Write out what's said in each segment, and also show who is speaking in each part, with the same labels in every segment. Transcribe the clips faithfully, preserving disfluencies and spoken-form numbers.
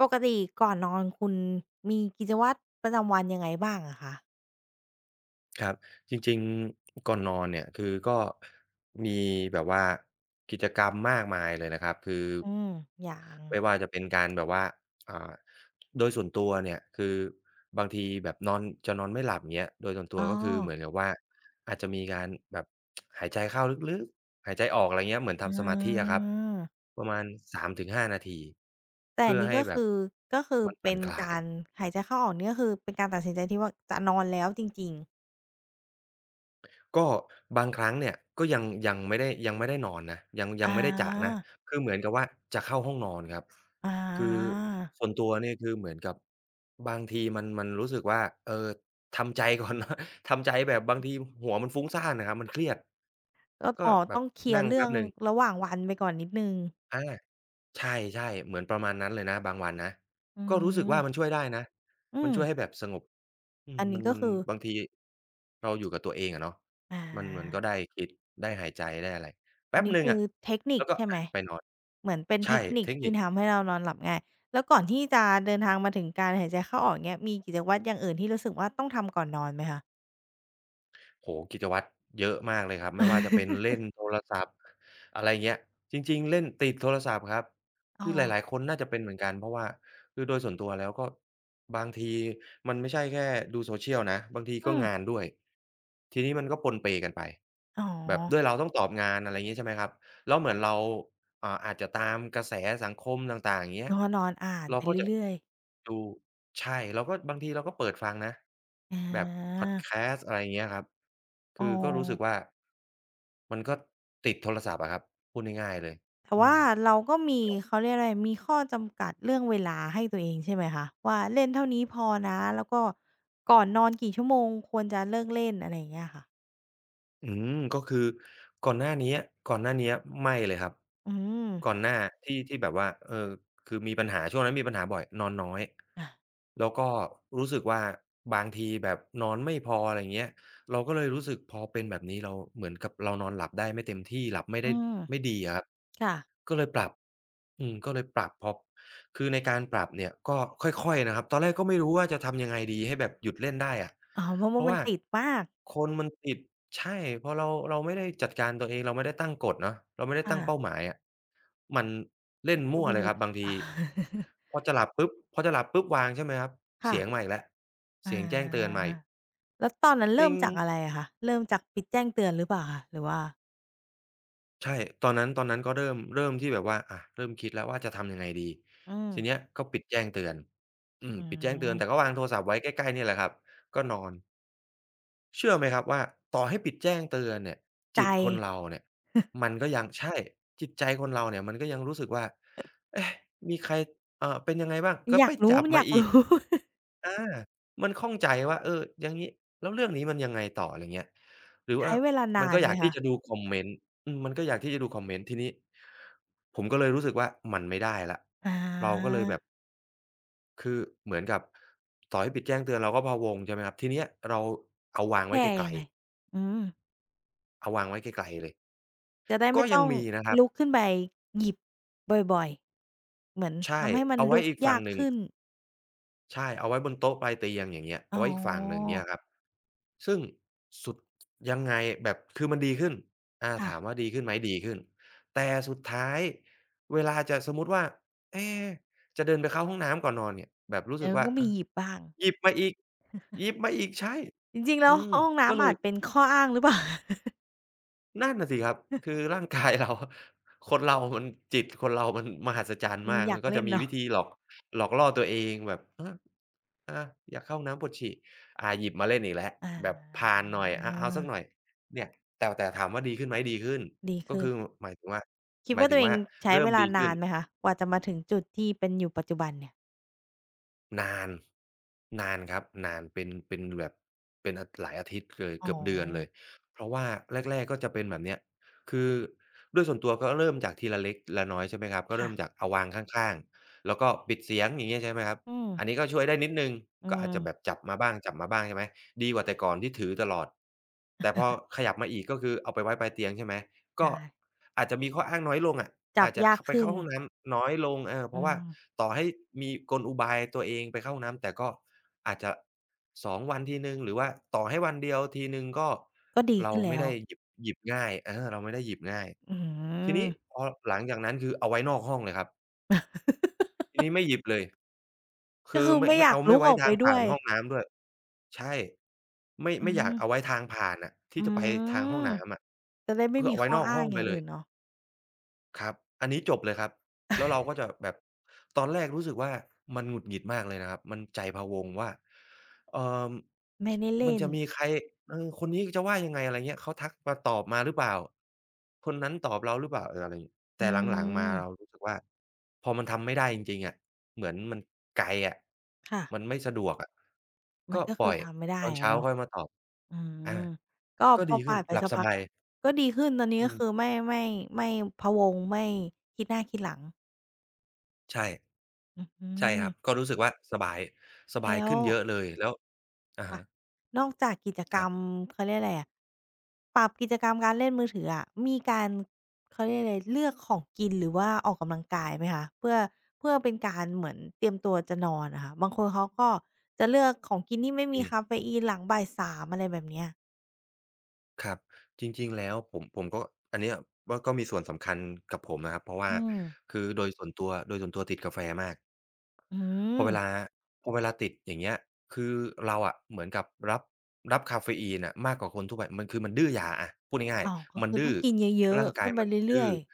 Speaker 1: ปกติก่อนนอนคุณมีกิจวัตรประจำวันยังไงบ้างอะคะ
Speaker 2: ครับจริงๆก่อนนอนเนี่ยคือก็มีแบบว่ากิจกรรมมากมายเลยนะครับคือ
Speaker 1: อืมอย่าง
Speaker 2: ไม่ว่าจะเป็นการแบบว่าอ่าโดยส่วนตัวเนี่ยคือบางทีแบบนอนจะนอนไม่หลับอย่างเงี้ยโดยส่วนตั
Speaker 1: อ๋
Speaker 2: ว
Speaker 1: อ
Speaker 2: ก็คือเหมือนกับว่าอาจจะมีการแบบหายใจเข้าลึกๆหายใจออกอะไรเงี้ยเหมือน
Speaker 1: อ
Speaker 2: ทำสมาธิอะค
Speaker 1: า
Speaker 2: รับประมาณสามถึงห้านาทีนาที
Speaker 1: แต่อั
Speaker 2: เพื่
Speaker 1: น
Speaker 2: อ
Speaker 1: นี้
Speaker 2: ให้
Speaker 1: ก็
Speaker 2: แบบ
Speaker 1: คือก็คือ
Speaker 2: มันผ่
Speaker 1: เป็
Speaker 2: อน
Speaker 1: น
Speaker 2: คลา
Speaker 1: การ
Speaker 2: ย
Speaker 1: หายใจเข้าออกนี่ก็คือเป็นการตัดสินใจที่ว่าจะนอนแล้วจริงๆ
Speaker 2: ก็บางครั้งเนี่ยก็ยังยังไม่ได้ยังไม่ได้นอนนะยังยัง
Speaker 1: อา
Speaker 2: ไม่ได้จะนะคือเหมือนกับว่าจะเข้าห้องนอนครับ
Speaker 1: อา
Speaker 2: คือส่วนตัวเนี่ยคือเหมือนกับบางทีมันมันรู้สึกว่าเออทำใจก่อนเนาะ ทำใจแบบบางทีหัวมันฟุ้งซ่านน่ะครับมันเครียด
Speaker 1: ก็
Speaker 2: ก็
Speaker 1: อ๋อ
Speaker 2: แบ
Speaker 1: ต้อ
Speaker 2: บ
Speaker 1: งเคลียร์
Speaker 2: นั่ง
Speaker 1: เรื่อ
Speaker 2: แป๊บ
Speaker 1: ง
Speaker 2: หนึ่ง
Speaker 1: ระหว่างวันไปก่อนนิดหนึ่ง
Speaker 2: อาใช่ๆเหมือนประมาณนั้นเลยนะบางวันนะ
Speaker 1: อื
Speaker 2: ก็รู้สึกว่ามันช่
Speaker 1: ม
Speaker 2: วยได้นะ
Speaker 1: อื
Speaker 2: มัน
Speaker 1: ม
Speaker 2: ช่วยให้แบบสงบ อืม
Speaker 1: อัน
Speaker 2: มั
Speaker 1: นี้
Speaker 2: น
Speaker 1: ก็
Speaker 2: มัน
Speaker 1: คือ
Speaker 2: บางทีเราอยู่กับตัวเองอะเนาะ
Speaker 1: อา
Speaker 2: มันเหมือนก็ได้คิดได้หายใจได้อะไร
Speaker 1: อั
Speaker 2: แป๊
Speaker 1: น
Speaker 2: บ
Speaker 1: นี้
Speaker 2: หนึ่ง
Speaker 1: คือ
Speaker 2: อะ
Speaker 1: เทคนิ
Speaker 2: แล้
Speaker 1: ค
Speaker 2: วก็
Speaker 1: ใช่ไห
Speaker 2: อะ
Speaker 1: ม
Speaker 2: ไปนอน
Speaker 1: เหมือนเป็น
Speaker 2: ใช่
Speaker 1: เทคนิค
Speaker 2: เทคนิ
Speaker 1: ที่
Speaker 2: ค
Speaker 1: ทำให้เรานอนหลับง่ายแล้วก่อนที่จะเดินทางมาถึงการหายใจเข้าออกอย่างเงี้ยมีกิจวัตรอย่างอื่นที่รู้สึกว่าต้องทำก่อนนอนไหมคะ
Speaker 2: โอ้โฮกิจวัตรเยอะมากเลยครับไม่ว่าจะเป็นเล่ นโทรศัพท์อะไรเงี้ยจริงๆเล่นติดโทรศัพท์ครับ
Speaker 1: อ๋อ
Speaker 2: คือหลายๆคนน่าจะเป็นเหมือนกันเพราะว่าคือโดยส่วนตัวแล้วก็บางทีมันไม่ใช่แค่ดู social นะบางทีก็
Speaker 1: อืม
Speaker 2: งานด้วยทีนี้มันก็ปนเปกันไป
Speaker 1: อ๋อ
Speaker 2: แบบด้วยเราต้องตอบงานอะไรงี้ใช่ไหมครับแล้วเหมือนเราอ่าอาจจะตามกระแสสังคมต่างๆอย่างเงี้ย
Speaker 1: แล้วก็นอนอ่าน
Speaker 2: เรา
Speaker 1: ไป
Speaker 2: ก็จะ
Speaker 1: เรื่อยๆ
Speaker 2: ดูใช่เราก็บางทีเราก็เปิดฟังนะ
Speaker 1: อ
Speaker 2: แบบพ
Speaker 1: า
Speaker 2: อดแคสต์อะไรเงี้ยครับ
Speaker 1: อ๋อ
Speaker 2: คือก็รู้สึกว่ามันก็ติดโทรศัพท์อะครับพูดง่ายๆเลย
Speaker 1: แต่
Speaker 2: อื
Speaker 1: ว่า
Speaker 2: ม
Speaker 1: เราก็มีเขาเรียกอะไรมีข้อจำกัดเรื่องเวลาให้ตัวเองใช่ไหมคะว่าเล่นเท่านี้พอนะแล้วก็ก่อนนอนกี่ชั่วโมงควรจะเลิกเล่นอะไรอย่างเงี้ยค่ะ
Speaker 2: อืมก็คือก่อนหน้าเนี้ยก่อนหน้าเนี้ยไม่เลยครับ
Speaker 1: อืม
Speaker 2: ก่อนหน้าที่ที่แบบว่าเออคือมีปัญหาช่วงนั้นมีปัญหาบ่อยนอนน้อย
Speaker 1: อา
Speaker 2: แล้วก็รู้สึกว่าบางทีแบบนอนไม่พออะไรอย่างเงี้ยเราก็เลยรู้สึกพอเป็นแบบนี้เราเหมือนกับเรานอนหลับได้ไม่เต็มที่หลับไม่
Speaker 1: อื
Speaker 2: ได้
Speaker 1: ม
Speaker 2: ไม่ดีอะครับ
Speaker 1: ค่ะ
Speaker 2: ก็เลยปรับอืมก็เลยปรับพอ คือในการปรับเนี่ยก็ค่อยๆนะครับตอนแรกก็ไม่รู้ว่าจะทำยังไงดีให้แบบหยุดเล่นได้อะ
Speaker 1: อ๋อมะ
Speaker 2: เพ
Speaker 1: ม่ว
Speaker 2: ราะ
Speaker 1: มัน
Speaker 2: ว่า
Speaker 1: ติดมาก
Speaker 2: คนมันติดใช่พอเราเราไม่ได้จัดการตัวเองเราไม่ได้ตั้งกฎเนาะเราไม่ได้
Speaker 1: อา
Speaker 2: ตั้งเป้าหมายอะมันเล่น
Speaker 1: ก็
Speaker 2: มั่ว
Speaker 1: ไม่
Speaker 2: เลย
Speaker 1: รู้
Speaker 2: ครับ
Speaker 1: จะ
Speaker 2: บาง ทีพอจะหลับปุ๊บพอจะหลับปุ๊บวางใช่ไหมครับ
Speaker 1: ค่ะ
Speaker 2: เสียงมาอีกแล้วเสี
Speaker 1: อา
Speaker 2: ยงแจ้งเตือนมาอีก
Speaker 1: ๆแล้วตอนนั้นเริ่
Speaker 2: ติ๊
Speaker 1: ม
Speaker 2: ง
Speaker 1: จากอะไรอะคะเริ่มจากปิดแจ้งเตือนหรือเปล่าคะหรือว่า
Speaker 2: ใช่ตอนนั้นตอนนั้นก็เริ่มเริ่มที่แบบว่าอะเริ่มคิดแล้วว่าจะทำยังไงดี
Speaker 1: อืม
Speaker 2: ทีเนี้ยก็ปิดแจ้งเตือนอืม
Speaker 1: อื
Speaker 2: ปิดแจ้งเตือนแต่ก็
Speaker 1: ม
Speaker 2: วางโทรศัพท์ไว้ใกล้ๆเนี่ยแหละครับก็นอนเชื่อไหมครับว่าต่อให้ปิดแจ้งเตือนเนี่ย
Speaker 1: ใจ
Speaker 2: จิตคนเราเนี่ยมันก็ยังใช่จิตใจคนเราเนี่ยมันก็ยังรู้สึกว่าเอ๊ะมีใครเอ่อเป็นยังไงบ้าง
Speaker 1: มัน
Speaker 2: ก็
Speaker 1: อยา
Speaker 2: ไป
Speaker 1: กรู้
Speaker 2: จับ
Speaker 1: มันอ
Speaker 2: มา
Speaker 1: ยาก
Speaker 2: อีก
Speaker 1: รู้
Speaker 2: อามันข้องใจว่าเอออย่างงี้แล้วเรื่องนี้มันยังไงต่ออะไรเงี้ยหรือว่า
Speaker 1: ใช้เวลา
Speaker 2: มั
Speaker 1: นา
Speaker 2: นก็
Speaker 1: น
Speaker 2: อ
Speaker 1: ไหม
Speaker 2: ยากที่
Speaker 1: คะ
Speaker 2: จะดูคอมเมนต์อืมมันก็อยากที่จะดูคอมเมนต์ทีนี้ผมก็เลยรู้สึกว่ามันไม่ได้แล้ว
Speaker 1: อา
Speaker 2: เราก็เลยแบบคือเหมือนกับต่อให้ปิดแจ้งเตือนเราก็พะวงใช่ไหมครับทีเนี้ยเราเอาวางไว้
Speaker 1: แก้
Speaker 2: ไกล
Speaker 1: ยังไงอืม
Speaker 2: ๆเอาวางไว้ไกลๆเลย
Speaker 1: จะได้
Speaker 2: ก็
Speaker 1: ไม่
Speaker 2: ยั
Speaker 1: ต้
Speaker 2: ง
Speaker 1: อง
Speaker 2: มีนะครับ
Speaker 1: ลุกขึ้นไปหยิบบ่อยๆเหมือน
Speaker 2: ใช่
Speaker 1: ทำให้มัน
Speaker 2: เอาไว้
Speaker 1: ลุก
Speaker 2: อีกฝั่
Speaker 1: ยา
Speaker 2: ง
Speaker 1: ก
Speaker 2: หนึ่ง
Speaker 1: ขึ้น
Speaker 2: ใช่ เอาไว้บนโต๊ะปลายเตียงอย่างเงี้ย
Speaker 1: อ๋
Speaker 2: เอา
Speaker 1: อ
Speaker 2: ไว้อีกฝั่งหนึ่งเงี้ยครับ ซึ่งสุดยังไงแบบคือมันดีขึ้นอา
Speaker 1: ค่ะ
Speaker 2: ถามว่าดีขึ้นไหมดีขึ้น แต่สุดท้ายเวลาจะสมมุติว่าเอ๊จะเดินไปเข้าห้องน้ำก่อนนอนเนี่ยแบบรู้
Speaker 1: แต่
Speaker 2: สึก
Speaker 1: มัน
Speaker 2: ว่า
Speaker 1: ก็
Speaker 2: เอ
Speaker 1: มี
Speaker 2: อ
Speaker 1: หยิบบ้าง
Speaker 2: หยิบมาอีก หยิบมาอีกใช่
Speaker 1: จริงๆแล้
Speaker 2: อื
Speaker 1: ว
Speaker 2: ม
Speaker 1: ห้อง
Speaker 2: ก็เล
Speaker 1: น้ำอา
Speaker 2: ย
Speaker 1: จเป็นข้ออ้างหรือเปล่า
Speaker 2: นั่นน่ะสิครับ คือร่างกายเรา คนเรามันจิตคนเรามันมหัศจรรย์
Speaker 1: มั
Speaker 2: มา
Speaker 1: น
Speaker 2: ก
Speaker 1: อ
Speaker 2: มั
Speaker 1: ยา
Speaker 2: น
Speaker 1: ก
Speaker 2: ก็
Speaker 1: เล่
Speaker 2: จะ
Speaker 1: น
Speaker 2: มี
Speaker 1: เนาะ
Speaker 2: วิธีหลอกหลอกล่อตัวเองแบบอาอาอยากเข้าห้องน้ำปวดฉี่อาหยิบมาเล่นอีกแล้ว
Speaker 1: อา
Speaker 2: แบบพานหน่อยอาเอาสักหน่อยเนี่ยแต่แต่ถามว่าดีขึ้นไหมดีขึ้น
Speaker 1: ดี
Speaker 2: ก็
Speaker 1: ขึ้
Speaker 2: คื
Speaker 1: น
Speaker 2: อหมายถึงว่า
Speaker 1: คิด
Speaker 2: หมาย
Speaker 1: ว่า
Speaker 2: ถึ
Speaker 1: ตัว
Speaker 2: ง
Speaker 1: เอง
Speaker 2: ว่า
Speaker 1: ใช้
Speaker 2: เริ่
Speaker 1: เว
Speaker 2: ม
Speaker 1: ลา
Speaker 2: ดี
Speaker 1: นา
Speaker 2: ขึ้น
Speaker 1: นไหมคะกว่าจะมาถึงจุดที่เป็นอยู่ปัจจุบันเนี่ย
Speaker 2: นานนานครับนานเป็นเป็นแบบเป็นอหลายอาทิตย์เลย
Speaker 1: อ๋อ
Speaker 2: เกือบเดือนเลยเพราะว่าแรกๆก็จะเป็นแบบเนี้ยคือด้วยส่วนตัวก็เริ่มจากทีละเล็กละน้อยใช่ไหมครับก็เริ่
Speaker 1: ค่ะ
Speaker 2: มจากเอาวางข้างๆแล้วก็ปิดเสียงอย่างเงี้ยใช่ไหมครับ
Speaker 1: อืม
Speaker 2: อันนี้ก็ช่วยได้นิดหนึ่ง
Speaker 1: อื
Speaker 2: ก็อาจ
Speaker 1: ม
Speaker 2: จะแบบจับมาบ้างจับมาบ้างใช่ไหมดีกว่าแต่ก่อนที่ถือตลอดแต่พอขยับมาอีกก็คือเอาไปไว้ปลายเตียงใช่ไหมก็
Speaker 1: ใช่
Speaker 2: อาจจะมีข้ออ้างน้อยลงอะ
Speaker 1: จั
Speaker 2: อา
Speaker 1: บ
Speaker 2: จจะ
Speaker 1: ยา
Speaker 2: ข
Speaker 1: ก
Speaker 2: ไป
Speaker 1: ขึ้
Speaker 2: เข้า
Speaker 1: น
Speaker 2: ห้องน้ำน้อยลงเออเพ
Speaker 1: อื
Speaker 2: ราะว่า
Speaker 1: ม
Speaker 2: ต่อให้มีกลอุบายตัวเองไปเข้าห้องน้ำแต่ก็อาจจะสองวันทีหนึ่งหรือว่าต่อให้วันเดียวทีหนึ่งก็
Speaker 1: ก็ดี
Speaker 2: เรา
Speaker 1: ขึ้น
Speaker 2: ไม่
Speaker 1: แล้ว
Speaker 2: ได้หยิบหยิบง่ายเออเราไม่ได้หยิบง่าย
Speaker 1: อื
Speaker 2: ที
Speaker 1: ม
Speaker 2: นี้พอหลังจากนั้นคือเอาไว้นอกห้องเลยครับทีนี้ไม่หยิบเลย
Speaker 1: ฮก็
Speaker 2: คือ
Speaker 1: คือ
Speaker 2: ไม่
Speaker 1: ไม่อ
Speaker 2: ไม่
Speaker 1: ยาก
Speaker 2: เอาไม่
Speaker 1: ลุก
Speaker 2: ไว้
Speaker 1: ออกไป
Speaker 2: ทาง
Speaker 1: ด้
Speaker 2: ผ่า
Speaker 1: ว
Speaker 2: น
Speaker 1: ย
Speaker 2: ห้องน้ำด้วยใช่ไม่
Speaker 1: อื
Speaker 2: ไม่อยาก
Speaker 1: ม
Speaker 2: เอาไว้ทางผ่านอะ
Speaker 1: อื
Speaker 2: ที่จะไปทางห้อง
Speaker 1: ม
Speaker 2: น้ำอะ
Speaker 1: จะได้ไม่
Speaker 2: คือ
Speaker 1: มี
Speaker 2: เอาไว้
Speaker 1: ข้อ
Speaker 2: นอก
Speaker 1: อ้า
Speaker 2: ห้อ
Speaker 1: ง
Speaker 2: ง
Speaker 1: อ
Speaker 2: ไป
Speaker 1: ย่าง
Speaker 2: เล
Speaker 1: อื่
Speaker 2: ย
Speaker 1: นเนาะ
Speaker 2: ครับ อันนี้จบเลยครับแล้วเราก็จะแบบ ตอนแรกรู้สึกว่ามันหงุดหงิดมากเลยนะครับ มันใจพะวงว่าเอ่อ
Speaker 1: ไม่ได้
Speaker 2: มัน
Speaker 1: เล่น
Speaker 2: จะมีใครเออคนนี้จะว่ายังไงอะไรเงี้ยเขาทักมาตอบมาหรือเปล่าคนนั้นตอบเราหรือเปล่าเอออะไรงี้
Speaker 1: อื
Speaker 2: แต่หลังๆมา
Speaker 1: ม
Speaker 2: เรารู้สึกว่า พอมันทำไม่ได้จริงๆอะเหมือนมันไกลอะ
Speaker 1: ค่ะ
Speaker 2: มันไม่สะดวกอะ
Speaker 1: มั
Speaker 2: ก็
Speaker 1: นก็
Speaker 2: ปล่
Speaker 1: คื
Speaker 2: อ
Speaker 1: อ
Speaker 2: ย
Speaker 1: ทำไม่
Speaker 2: ต
Speaker 1: ได้
Speaker 2: อน
Speaker 1: อะ
Speaker 2: เช้า
Speaker 1: เนาะ
Speaker 2: ค่อยมาตอบ
Speaker 1: อื
Speaker 2: อา
Speaker 1: มก็
Speaker 2: ก็
Speaker 1: พ
Speaker 2: ดี
Speaker 1: อ
Speaker 2: ขึ้
Speaker 1: ผ่า
Speaker 2: น
Speaker 1: ยไป
Speaker 2: หลับ
Speaker 1: สัก
Speaker 2: ส
Speaker 1: พัก
Speaker 2: บาย
Speaker 1: ก็ดีขึ้นตอนนี้
Speaker 2: อื
Speaker 1: ก็คือ
Speaker 2: ม
Speaker 1: ไม่ไม่ไม่พะวงไม่คิดหน้าคิดหลัง
Speaker 2: ใช่
Speaker 1: อื
Speaker 2: ใช่ครับ
Speaker 1: ม
Speaker 2: ก็รู้สึกว่าสบายสบาย
Speaker 1: แล้ว
Speaker 2: ขึ้นเยอะเลยแล้วอะ
Speaker 1: ค่ะ
Speaker 2: ฮะ
Speaker 1: นอกจากกิจก
Speaker 2: ค
Speaker 1: รร
Speaker 2: รับ
Speaker 1: มเขาเรียกอะไรอะปรับกิจกรรมการเล่นมือถืออะมีการเขาเรียกอะไรเลือกของกินหรือว่าออกกำลังกายไหมคะเพื่อเพื่อเป็นการเหมือนเตรียมตัวจะนอนอะค่ะบางคนเขาก็จะเลือกของกินที่ไม่มี
Speaker 2: มี
Speaker 1: กาเฟอีนหลังบ่ายสามอะไรแบบเนี้ย
Speaker 2: ครับจริงๆแล้วผมผมก็อันเนี้ยว่าก็มีส่วนสำคัญกับผมนะครับเพราะว่า
Speaker 1: อืม
Speaker 2: คือโดยส่วนตัวโดยส่วนตัวติดกาแฟมาก
Speaker 1: อื
Speaker 2: พอเวลา
Speaker 1: ม
Speaker 2: พอเวลาติดอย่างเงี้ยคือเราอะเหมือนกับรับรับกาเฟอีนอะมากกว่าคนทั่วไปมันคือมันดื้อยาอะพูดง่าย
Speaker 1: อ้าวก็
Speaker 2: ๆมัน
Speaker 1: คือต้
Speaker 2: ดื้
Speaker 1: อ
Speaker 2: อ
Speaker 1: งกินเยอะ
Speaker 2: ร่าง
Speaker 1: ๆ
Speaker 2: กา
Speaker 1: ขึ้
Speaker 2: ย
Speaker 1: นไป
Speaker 2: มัน
Speaker 1: เรื่อ
Speaker 2: ดื้อ
Speaker 1: ยๆ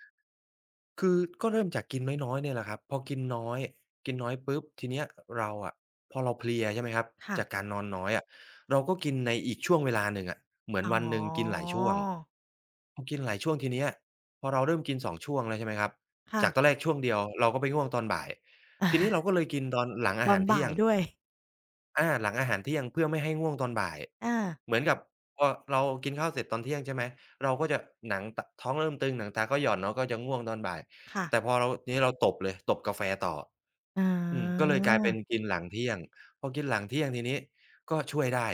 Speaker 2: คือก็เริ่มจากกินน้อยๆเนี่ยแหละครับพอกินน้อยกินน้อยปุ๊บทีเนี้ยเราอะพอเราเพลียใช่ไหมครับ
Speaker 1: ค่ะ
Speaker 2: จากการนอนน้อยอะเราก็กินในอีกช่วงเวลาหนึ่งอะเหมือน
Speaker 1: อ๋อ
Speaker 2: วันหนึ่งกินหลายช่วงพอกินหลายช่วงทีเนี้ยพอเราเริ่มกินสองช่วงแล้วใช่ไหมครับ
Speaker 1: ค่ะ
Speaker 2: จากตอนแรกช่วงเดียวเราก็ไปง่วงตอนบ่ายทีนี้เราก็เลยกินตอนหลัง
Speaker 1: ต
Speaker 2: อา
Speaker 1: อ
Speaker 2: หา
Speaker 1: น
Speaker 2: รเที่
Speaker 1: บ่า
Speaker 2: ย
Speaker 1: ย
Speaker 2: ง
Speaker 1: ด้วย
Speaker 2: อาหลังอาหารเที่ยงเพื่อไม่ให้ง่วงตอนบ่าย
Speaker 1: อา
Speaker 2: เหมือนกับพอเรากินข้าวเสร็จตอนเที่ยงใช่ไหมเราก็จะหนังตท้องเริ่มตึงหนังตาก็หย่อนเนาะก็จะง่วงตอนบ่าย
Speaker 1: ค่ะ
Speaker 2: แต่พอเราทีนี้เราตบเลยตบกาแฟต่อ
Speaker 1: อ๋
Speaker 2: อืมก็
Speaker 1: อ
Speaker 2: เลยกลายเป็นกินหลังเที่ยงพอกินหลังเที่ยงทีนี้ก็ช่วยได้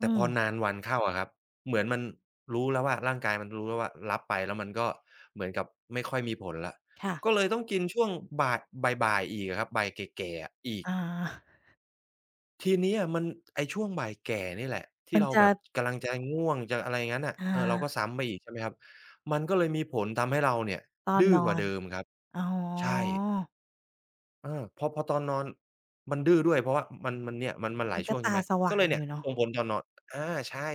Speaker 1: อื
Speaker 2: ต่พ
Speaker 1: ม
Speaker 2: อนานวันเข้าอะครับเหมือนมันรู้แล้วว่าร่างกายมันรู้แล้วว่ารับไปแล้วมันก็เหมือนกับไม่ค่อยมีผลแล้ว
Speaker 1: ค่ะ
Speaker 2: ก็เลยต้องกินช่วงบ่ายบ่ายๆอีกอะครับบ่ายแก่ๆอะอีก
Speaker 1: อา
Speaker 2: ทีเนี้ยมันไอ้ช่วงบ่ายแก่นี่แหละที่
Speaker 1: มัน
Speaker 2: เรา
Speaker 1: จะ
Speaker 2: แบบกำลังจะง่วงจะอะไรงั้นน่ะ
Speaker 1: อา
Speaker 2: เออเราก็ซ้ำไปอีกใช่ไหมครับมันก็เลยมีผลทำให้เราเนี่ย
Speaker 1: ตอน
Speaker 2: ดื้อ
Speaker 1: น
Speaker 2: ก
Speaker 1: อ
Speaker 2: ว่า
Speaker 1: น
Speaker 2: เดิมครับ
Speaker 1: อ๋อ
Speaker 2: ใช่ เออพอพอตอนนอนมันดื้อด้วยเพราะว่ามันมันเนี่ยมันมันห
Speaker 1: มั
Speaker 2: ลา
Speaker 1: น
Speaker 2: ย
Speaker 1: ก็
Speaker 2: ช่วงใช่
Speaker 1: ตา
Speaker 2: ไหม
Speaker 1: ส
Speaker 2: ก็
Speaker 1: ว่า
Speaker 2: เล
Speaker 1: ง
Speaker 2: ย
Speaker 1: อ
Speaker 2: เนี่ย
Speaker 1: ยู่เนาะ
Speaker 2: ส่งผลต่อนอนอาใช่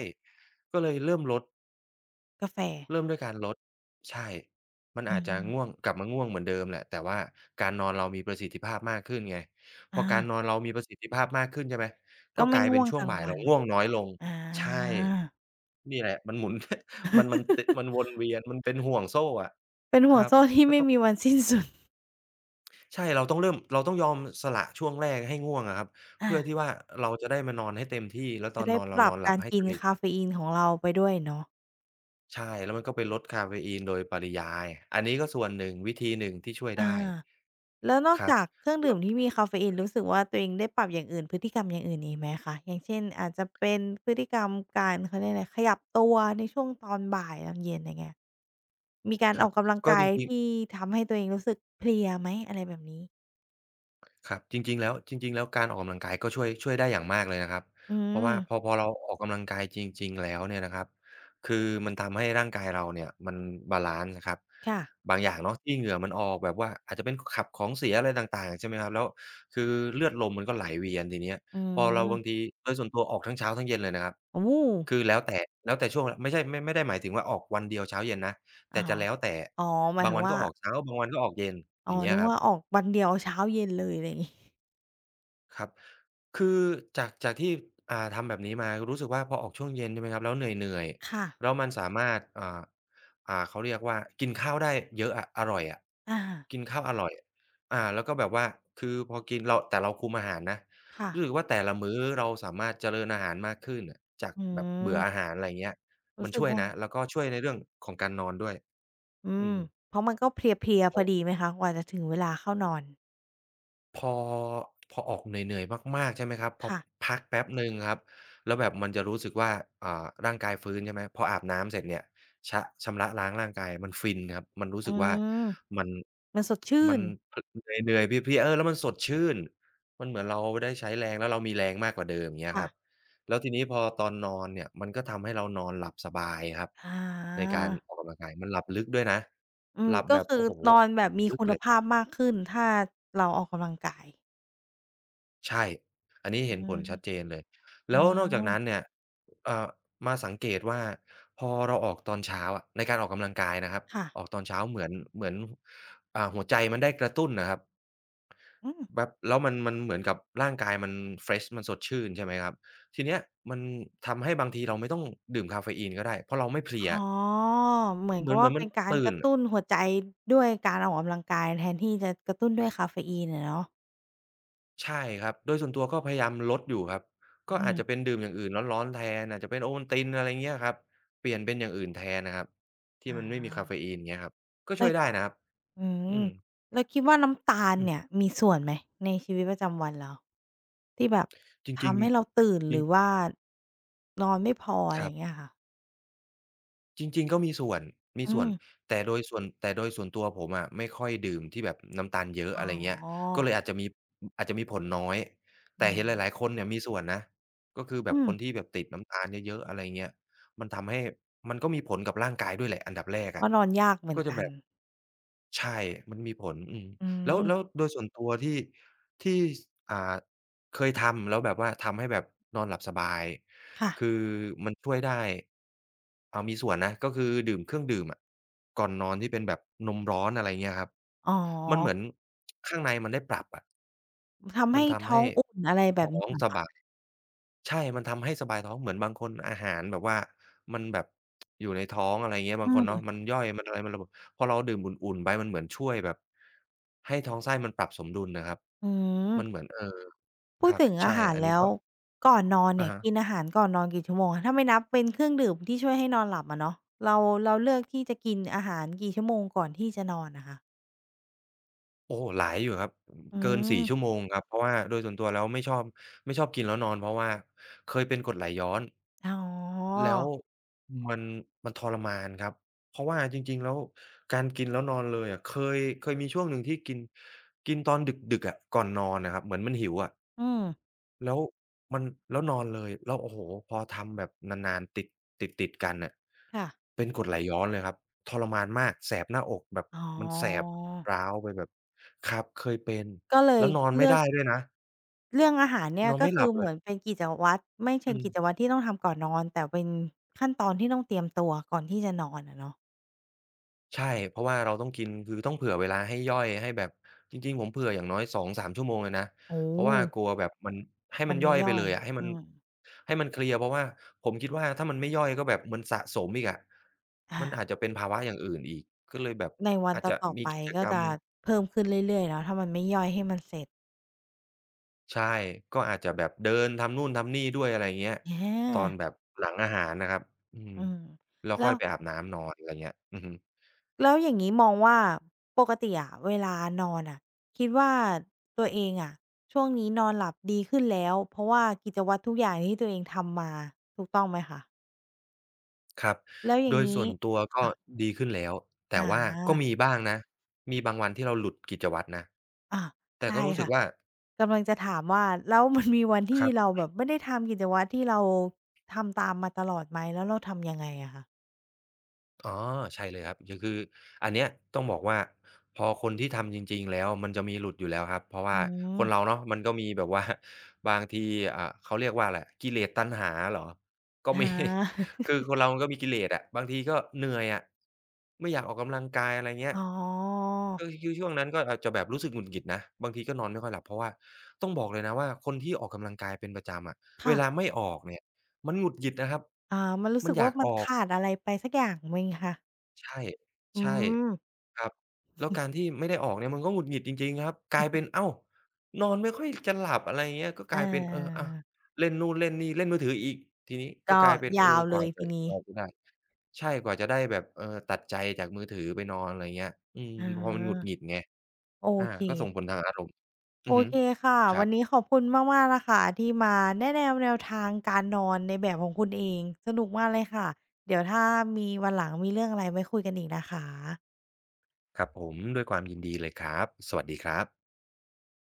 Speaker 2: ก็เลยเริ่มลด
Speaker 1: กาแฟ
Speaker 2: เริ่มด้วยการลดใช่มัน
Speaker 1: อื
Speaker 2: อาจจะง่ว
Speaker 1: ม
Speaker 2: งกลับมาง่วงเหมือนเดิมแหละแต่ว่าการนอนเรามีประสิทธิภาพมากขึ้นไงพอ
Speaker 1: อา
Speaker 2: การนอนเรามีประสิทธิภาพมากขึ้นใช่ไหม
Speaker 1: ก็
Speaker 2: ก็ก
Speaker 1: ไม่
Speaker 2: ลายเป็
Speaker 1: ง่
Speaker 2: น
Speaker 1: วง
Speaker 2: ช่
Speaker 1: ก
Speaker 2: วง
Speaker 1: ลาง
Speaker 2: บ่าย
Speaker 1: วั
Speaker 2: เรา
Speaker 1: น
Speaker 2: ง่วงน้อยลง
Speaker 1: อา
Speaker 2: ใช่นี่แหละมันหมุน มันมันตมันวนเวียนมันเป็นห่วงโซ่อะ
Speaker 1: เป็นห่
Speaker 2: ค
Speaker 1: วง
Speaker 2: รับ
Speaker 1: โซ่ที่ไม่มีวันสิ้นสุด
Speaker 2: ใช่เราต้องเริ่มเราต้องยอมสละช่วงแรกให้ง่วงอะครับ
Speaker 1: อา
Speaker 2: เพื่อที่ว่าเราจะได้มานอนให้เต็มที่แล้วตอ
Speaker 1: จะ
Speaker 2: น
Speaker 1: ได้
Speaker 2: นอน
Speaker 1: ป
Speaker 2: เราน
Speaker 1: รับ
Speaker 2: อนหลั
Speaker 1: กา
Speaker 2: บ
Speaker 1: ร
Speaker 2: ให้
Speaker 1: กิ
Speaker 2: ส
Speaker 1: น
Speaker 2: นิท
Speaker 1: กาเฟอีนของเราไปด้วยเนาะ
Speaker 2: ใช่แล้วมันก็ไปลดกาเฟอีนโดยปริยายอันนี้ก็ส่วนหนึ่งวิธีหนึ่งที่ช่วย
Speaker 1: อา
Speaker 2: ได้
Speaker 1: แล้วนอ
Speaker 2: ค
Speaker 1: ก
Speaker 2: รับ
Speaker 1: จากเครื่อง
Speaker 2: แล้
Speaker 1: ดื่ม
Speaker 2: ว
Speaker 1: ที่มีคาเฟอีนรู้สึกว่าตัวเองได้ปรับอย่างอื่นพฤติกรรมอย่างอื่นอีกไหมคะอย่างเช่นอาจจะเป็นพฤติกรรมการเขาเรียกอะไรขยับตัวในช่วงตอนบ่ายตอนเย็นอย่างเงี้ยมีการ
Speaker 2: ค
Speaker 1: อ
Speaker 2: รั
Speaker 1: อ
Speaker 2: บ
Speaker 1: กกำลัง
Speaker 2: ก็
Speaker 1: กา
Speaker 2: จ
Speaker 1: ย
Speaker 2: ริง
Speaker 1: ที่
Speaker 2: ๆ
Speaker 1: ทำให้ตัวเองรู้สึกเพลียไหมอะไรแบบนี้
Speaker 2: ครับจริงๆแล้วจริงๆแล้วการออกกำลังกายก็ช่วยช่วยได้อย่างมากเลยนะครับ
Speaker 1: อื
Speaker 2: เพราะ
Speaker 1: ม
Speaker 2: ว่าพอพอเราออกกำลังกายจริงๆแล้วเนี่ยนะครับคือมันทำให้ร่างกายเราเนี่ยมันบาลันซ์นะครับ
Speaker 1: ค่ะ
Speaker 2: บางอย่างเนาะที่เหงื่อมันออกแบบว่าอาจจะเป็นขับของเสียอะไรต่างๆใช่ไหมครับแล้วคือเลือดลมมันก็ไหลเวียนทีเนี้ย
Speaker 1: อื
Speaker 2: พอเราบางที
Speaker 1: ม
Speaker 2: โดยส่วนตัวออกทั้งเช้าทั้งเย็นเลยนะครับ
Speaker 1: โอ้โฮ
Speaker 2: คือแล้วแต่แล้วแต่ช่วงไม่ใช่ไม่ไม่ได้หมายถึงว่าออกวันเดียวเช้าเย็นนะแต่
Speaker 1: อ้า
Speaker 2: จะ
Speaker 1: ว
Speaker 2: แล้วแต่
Speaker 1: อ๋อหมาย
Speaker 2: บาง
Speaker 1: ถึง
Speaker 2: วันก็
Speaker 1: ว่า
Speaker 2: ออกเช้าบางวันก็ออกเย็นอ
Speaker 1: อ๋อ
Speaker 2: ย่างเงี้ย
Speaker 1: นึก
Speaker 2: ครับ
Speaker 1: ว่าออกวันเดียวเช้าเย็นเลยอะไรงี้
Speaker 2: ครับคือจากจากที่อ่าทำแบบนี้มารู้สึกว่าพอออกช่วงเย็นใช่ไหมครับแล้วเหนื่อย
Speaker 1: ค่ะ
Speaker 2: ๆแล้วมันสามารถอ่าอ่าเขาเรียกว่ากินข้าวได้เยอะอะอร่อยอะ
Speaker 1: อา
Speaker 2: กินข้าวอร่อยอ่าแล้วก็แบบว่าคือพอกินเราแต่เราคุมอาหารนะ
Speaker 1: ค่ะ
Speaker 2: รู้สึกว่าแต่ละมื้อเราสามารถเจริญอาหารมากขึ้นอะจาก
Speaker 1: อื
Speaker 2: แบบเบื่ออา
Speaker 1: ม
Speaker 2: หารอะไรเงี้ยมั
Speaker 1: รู้
Speaker 2: น
Speaker 1: สึก
Speaker 2: ช่วย
Speaker 1: ว่า
Speaker 2: นะแล้วก็ช่วยในเรื่องของการนอนด้วย
Speaker 1: อื
Speaker 2: อื
Speaker 1: ม
Speaker 2: ม
Speaker 1: เพราะมันก็เพลียๆ
Speaker 2: พ
Speaker 1: พ
Speaker 2: อ
Speaker 1: อดีไหมคะกว่าจะถึงเวลาเข้านอน
Speaker 2: พอพอออกเหนื่อยๆมากๆใช่ไหมครับพอ
Speaker 1: ค่ะ
Speaker 2: พักแป๊บหนึ่งครับแล้วแบบมันจะรู้สึกว่าอ่าร่างกายฟื้นใช่ไหมพออาบน้ำเสร็จเนี่ยชะชำระล้างร่างกายมันฟินครับมันรู้
Speaker 1: อื
Speaker 2: สึกว่า
Speaker 1: ม
Speaker 2: มัน
Speaker 1: มันสดชื่
Speaker 2: มัน
Speaker 1: น
Speaker 2: พเหนื่อยๆเพลียๆเออแล้วมันสดชื่นมันเหมือนเราได้ใช้แรงแล้วเรามีแรงมากกว่าเดิมอย่างเงี้ย
Speaker 1: ค่ะ
Speaker 2: ครับแล้วทีนี้พอตอนนอนเนี่ยมันก็ทำให้เรานอนหลับสบายครับ
Speaker 1: อ
Speaker 2: ในการ
Speaker 1: า
Speaker 2: ออกกำลังกายมันหลับลึกด้วยนะ
Speaker 1: อื
Speaker 2: ห
Speaker 1: ม
Speaker 2: ลับ
Speaker 1: ก็
Speaker 2: แบบ
Speaker 1: คือ
Speaker 2: โอ้โฮ
Speaker 1: นอนแบบมี
Speaker 2: ลึก
Speaker 1: คุณ
Speaker 2: เลย
Speaker 1: ภาพมากขึ้นถ้าเราออกกำลังกาย
Speaker 2: ใช่ อันนี้
Speaker 1: อื
Speaker 2: เห็นผ
Speaker 1: ม
Speaker 2: ลชัดเจนเลย
Speaker 1: อา
Speaker 2: แล้วนอกจากนั้นเนี่ยเอ่อมาสังเกตว่าพอเราออกตอนเช้าอะในการออกกำลังกายนะครับ
Speaker 1: ค่ะ
Speaker 2: ออกตอนเช้าเหมือนเหมือนอ่าหัวใจมันได้กระตุ้นน่ะครับ
Speaker 1: อืม
Speaker 2: แบบแล้วมันมันเหมือนกับร่างกายมันเฟรชมันสดชื่นใช่ไหมครับทีเนี้ยมันทำให้บางทีเราไม่ต้องดื่มกาเฟอีนก็ได้เพราะเราไม่เพลี
Speaker 1: อ๋
Speaker 2: ย
Speaker 1: อเหมือน
Speaker 2: เห
Speaker 1: กั
Speaker 2: มื
Speaker 1: บ
Speaker 2: อนเหมื
Speaker 1: ว่า
Speaker 2: อนมั
Speaker 1: เป็
Speaker 2: น
Speaker 1: นการก
Speaker 2: ตื่น
Speaker 1: ระตุ้นหัวใจด้วยการออกกำลังกายแทนที่จะกระตุ้นด้วยกาเฟอีนอะเนาะ
Speaker 2: ใช่ครับโดยส่วนตัวก็พยายามลดอยู่ครับ
Speaker 1: อื
Speaker 2: ก็อาจ
Speaker 1: ม
Speaker 2: จะเป็นดื่มอย่างอื่นร้อนๆแทนอาจจะเป็นโอวัลตินอะไรเงี้ยครับเปลี่ยนเป็นอย่างอื่นแทนนะครับที่
Speaker 1: อา
Speaker 2: มันไม่มีกาเฟอีนเงี้ยครับก็
Speaker 1: แต่
Speaker 2: ช่วยได้นะครับ
Speaker 1: อืม
Speaker 2: อืม
Speaker 1: แล้วคิดว่าน้ำตาล
Speaker 2: อื
Speaker 1: เนี่ย
Speaker 2: ม
Speaker 1: มีส่วนไหมในชีวิตประจำวันเราที่แบบ
Speaker 2: จริง
Speaker 1: ทำให้เราตื่น
Speaker 2: ๆจ
Speaker 1: ห
Speaker 2: ริง
Speaker 1: รือว่านอนไม่พออะ
Speaker 2: ค
Speaker 1: ไร
Speaker 2: รั
Speaker 1: อย่าง
Speaker 2: บ
Speaker 1: เงี้ยค่ะ
Speaker 2: จริงๆก็มีส่วนมี
Speaker 1: อื
Speaker 2: ส่ว
Speaker 1: ม
Speaker 2: นแต่โดยส่วนแต่โดยส่วนตัวผมอะไม่ค่อยดื่มที่แบบน้ำตาลเยอะ
Speaker 1: อ๋
Speaker 2: อะไรเงี้ย
Speaker 1: อ
Speaker 2: ก็เลยอาจจะมีอาจจะมีผลน้อยแต่
Speaker 1: อื
Speaker 2: เห็
Speaker 1: ม
Speaker 2: นหลายๆคนเนี่ยมีส่วนนะก็คือแบ
Speaker 1: อื
Speaker 2: บ
Speaker 1: ม
Speaker 2: คนที่แบบติดน้ำตาลเยอะๆอะไรเงี้ยมันทำให้มันก็มีผลกับร่างกายด้วยแหละอันดับแรก
Speaker 1: ก็
Speaker 2: อะ
Speaker 1: นอนยากเหมือ
Speaker 2: ก็
Speaker 1: น
Speaker 2: จะ
Speaker 1: กั
Speaker 2: แบ
Speaker 1: น
Speaker 2: บใช่มันมีผลอืม
Speaker 1: อื
Speaker 2: แล้วแล้ว
Speaker 1: ม
Speaker 2: โดยส่วนตัวที่ที่สอ่าเคยทำแล้วแบบว่าทำให้แบบนอนหลับสบาย
Speaker 1: ค่ะ
Speaker 2: คือมันช่วยได้อ่ามีส่วนนะก็คือดื่มเครื่องดื่มอะก่อนนอนที่เป็นแบบนมร้อนอะไรเงี้ยครับ
Speaker 1: อ๋อ
Speaker 2: มันเหมือนข้างในมันได้ปรับอะ
Speaker 1: ทำ
Speaker 2: มั
Speaker 1: ให้
Speaker 2: นทำ
Speaker 1: ท้อ
Speaker 2: ให้
Speaker 1: งอุ่นอะไรแบ
Speaker 2: ท้
Speaker 1: บ
Speaker 2: อ
Speaker 1: นี้
Speaker 2: ง
Speaker 1: เหรอ
Speaker 2: ส
Speaker 1: คะ
Speaker 2: บาย ใช่ มันทำให้สบายท้องเหมือนบางคนอาหารแบบว่ามันแบบอยู่ในท้องอะไรเงี้ย
Speaker 1: อื
Speaker 2: บางคนเนาะ
Speaker 1: ม
Speaker 2: มันย่อยมันอะไรมันระบบพอเราดื่มอุ่นๆไปมันเหมือนช่วยแบบให้ท้องไส้มันปรับสมดุลน่ะครับ
Speaker 1: อื
Speaker 2: มันเห
Speaker 1: ม
Speaker 2: มือนเออค
Speaker 1: พูด
Speaker 2: รับ
Speaker 1: ถึง
Speaker 2: ใช่
Speaker 1: อาหาร
Speaker 2: อันนี้
Speaker 1: แล้ว
Speaker 2: ก็
Speaker 1: ก่อนนอน
Speaker 2: อะ
Speaker 1: เนี่ย
Speaker 2: ฮะ
Speaker 1: กินอาหารก่อนนอนกี่ชั่วโมงคะถ้าไม่นับเป็นเครื่องดื่มที่ช่วยให้นอนหลับอะเนาะเราเราเลือกที่จะกินอาหารกี่ชั่วโมงก่อนที่จะนอนอะคะ
Speaker 2: โอ้โฮหลายอยู่ครับ
Speaker 1: อื
Speaker 2: เกินสี่ชั่วโม
Speaker 1: ม
Speaker 2: งครับเพราะว่าโดยส่วนตัวแล้วไม่ชอบไม่ชอบกินแล้วนอนเพราะว่าเคยเป็นกรดไหลย้อน
Speaker 1: อ๋อ
Speaker 2: แล้วมันมันทรมานครับเพราะว่าจริงๆแล้วการกินแล้วนอนเลยอะเคยเคยมีช่วงหนึ่งที่กินกินตอนดึกๆอะก่อนนอนอะครับเหมือนมันหิวอะ
Speaker 1: อืม
Speaker 2: แล้วมันแล้วนอนเลยแล้วโอ้โฮพอทำแบบนานๆติดติดๆกันน่ะ
Speaker 1: ค่ะ
Speaker 2: เป็นกรดไหลย้อนเลยครับทรมานมากแสบหน้าอกแบบ
Speaker 1: อ๋
Speaker 2: มันแสบ
Speaker 1: อ
Speaker 2: ร้าวไปแบบครับเคยเป็น
Speaker 1: ก็เลย
Speaker 2: แล้วนอนไม่
Speaker 1: เลือก
Speaker 2: ได้ด้วยนะ
Speaker 1: เรื่องอาหารเนี่
Speaker 2: น
Speaker 1: ย
Speaker 2: อน
Speaker 1: ก็
Speaker 2: ไม่ห
Speaker 1: คื
Speaker 2: ลั
Speaker 1: อ
Speaker 2: บเล
Speaker 1: เหมื
Speaker 2: ย
Speaker 1: อนเป็นกิจวัตรไม่เชิ
Speaker 2: อื
Speaker 1: งกิจ
Speaker 2: ม
Speaker 1: วัตรที่ต้องทำก่อนนอนแต่เป็นขั้นตอนที่ต้องเตรียมตัวก่อนที่จะนอนอะเนาะ
Speaker 2: ใช่เพราะว่าเราต้องกินคือต้องเผื่อเวลาให้ย่อยให้แบบจริงๆผมเผื่ออย่างน้อยสองสามชั่วโมงเลยนะ
Speaker 1: โอ้
Speaker 2: เพ
Speaker 1: โฮ
Speaker 2: ราะว่ากลัวแบบมันให้
Speaker 1: มั
Speaker 2: มั
Speaker 1: น
Speaker 2: นย่
Speaker 1: ไม่
Speaker 2: อย
Speaker 1: ย่
Speaker 2: ไป
Speaker 1: อ
Speaker 2: เล
Speaker 1: ย
Speaker 2: ยอะให้
Speaker 1: อื
Speaker 2: มัน
Speaker 1: ม
Speaker 2: ให้มันเคลียร์เพราะว่าผมคิดว่าถ้ามันไม่ย่อยก็แบบมันสะสมอีกอะ
Speaker 1: อา
Speaker 2: มันอาจจะเป็นภาวะอย่างอื่นอีกก็เลยแบบ
Speaker 1: ในวัน
Speaker 2: อาจจะ
Speaker 1: ต่อๆ
Speaker 2: มี
Speaker 1: ไป
Speaker 2: กิจ
Speaker 1: ก็
Speaker 2: กรรม
Speaker 1: จะเพิ่มขึ้นเรื่อยๆเนาะถ้ามันไม่ย่อยให้มันเสร็จ
Speaker 2: ใช่ก็อาจจะแบบเดินทำนู่นทำนี่ด้วยอะไรเงี้ย
Speaker 1: อ
Speaker 2: ตอนแบ
Speaker 1: า
Speaker 2: บหลังอาหารนะครับอืม
Speaker 1: อืม
Speaker 2: แล้ว
Speaker 1: แล้
Speaker 2: ค่อย
Speaker 1: ว
Speaker 2: ไปอาบน้ำนอนอะไรเงี้ยอือฮึ
Speaker 1: แล้วอย่างงี้มองว่าปกติอะเวลานอนอะคิดว่าตัวเองอะช่วงนี้นอนหลับดีขึ้นแล้วเพราะว่ากิจวัตรทุกอย่างที่ตัวเองทำมาถูกต้องไหมคะ
Speaker 2: ครับ
Speaker 1: แล้วอย่า
Speaker 2: โด
Speaker 1: ง
Speaker 2: ยส่
Speaker 1: งี้
Speaker 2: วนตัวก็
Speaker 1: อะ
Speaker 2: ดีขึ้นแล้ว แต่
Speaker 1: อา
Speaker 2: ว่าก็มีบ้างนะ มีบางวันที่เราหลุดกิจวัตรนะ
Speaker 1: อา
Speaker 2: แต่ก็
Speaker 1: ใช่
Speaker 2: รู้สึก
Speaker 1: ค่ะ
Speaker 2: ว่า
Speaker 1: กำลังจะถามว่าแล้วมันมีวัน
Speaker 2: ค
Speaker 1: ที่
Speaker 2: รั
Speaker 1: เรา
Speaker 2: บ
Speaker 1: แบบไม่ได้ทำกิจวัตรที่เราทำตามมาตลอดไหมแล้วเราทำยังไงอะคะ
Speaker 2: อ๋อใช่เลยครับยคืออันเนี้ยต้องบอกว่าพอคนที่ทำจริงๆแล้วมันจะมีหลุดอยู่แล้วครับเพราะ
Speaker 1: อื
Speaker 2: ว่าคนเรา
Speaker 1: ม
Speaker 2: เนาะมันก็มีแบบว่า บางทีอ่าเขาเรียกว่าอะไรกิเลสตัณหาเหรอก็
Speaker 1: อา
Speaker 2: มี คือคนเรามันก็มีกิเลสอะบางทีก็เหนื่อยอะไม่อยากออกกำลังกายอะไรเงี้ย
Speaker 1: อ๋อ
Speaker 2: ก็คือช่วงนั้นก็อาจจะแบบรู้สึกหงุดหงิดนะบางทีก็นอนไม่ค่อยหลับเพราะว่าต้องบอกเลยนะว่าคนที่ออกกำลังกายเป็นประจำอะเว
Speaker 1: ค่ะ
Speaker 2: ลาไม่ออกเนี่ยมันหงุดหงิดนะครับ
Speaker 1: อ่ามันรู้
Speaker 2: มั
Speaker 1: สึ
Speaker 2: น
Speaker 1: ก
Speaker 2: อ
Speaker 1: ว่า
Speaker 2: ยาก
Speaker 1: มั
Speaker 2: อ
Speaker 1: น
Speaker 2: อก
Speaker 1: ขาดอะไรไปสักอย่างไหมคะ
Speaker 2: ใช่
Speaker 1: อื
Speaker 2: ใช่
Speaker 1: ม
Speaker 2: ครับแล้วการที่ไม่ได้ออกเนี่ยมันก็หงุดหงิดจริงๆครับกลายเป็นอ้าวนอนไม่ค่อยจะหลับอะไรอย่างเงี้ยก็ก
Speaker 1: อา
Speaker 2: ลายเป็นเอออะเล่นนู่นเล่นนี่เล่นมือถืออีกทีนี้ก็
Speaker 1: ก็
Speaker 2: กลายเป็นเออ
Speaker 1: ยาว
Speaker 2: ก
Speaker 1: เล
Speaker 2: ว่า
Speaker 1: ย
Speaker 2: จะ
Speaker 1: ทีนี้
Speaker 2: กว่าจะได้ใช่กว่าจะได้แบบเออตัดใจจากมือถือไปนอนอะไรอย่างเงี้ยอืม
Speaker 1: อา
Speaker 2: พอมันหงุดหงิดไง
Speaker 1: โอ
Speaker 2: อา
Speaker 1: เค
Speaker 2: ก็ส่งผลทางอารมณ์อื
Speaker 1: โอ
Speaker 2: อฮึ
Speaker 1: เคค่ะ
Speaker 2: ครั
Speaker 1: วั
Speaker 2: บ
Speaker 1: นนี้ขอบคุณมากๆนะคะที่มาแนะแนวแนวทางการนอนในแบบของคุณเองสนุกมากเลยค่ะเดี๋ยวถ้ามีวันหลังมีเรื่องอะไรไว้คุยกันอีกนะคะ
Speaker 2: ครับผมด้วยความยินดีเลยครับสวัสดีครับ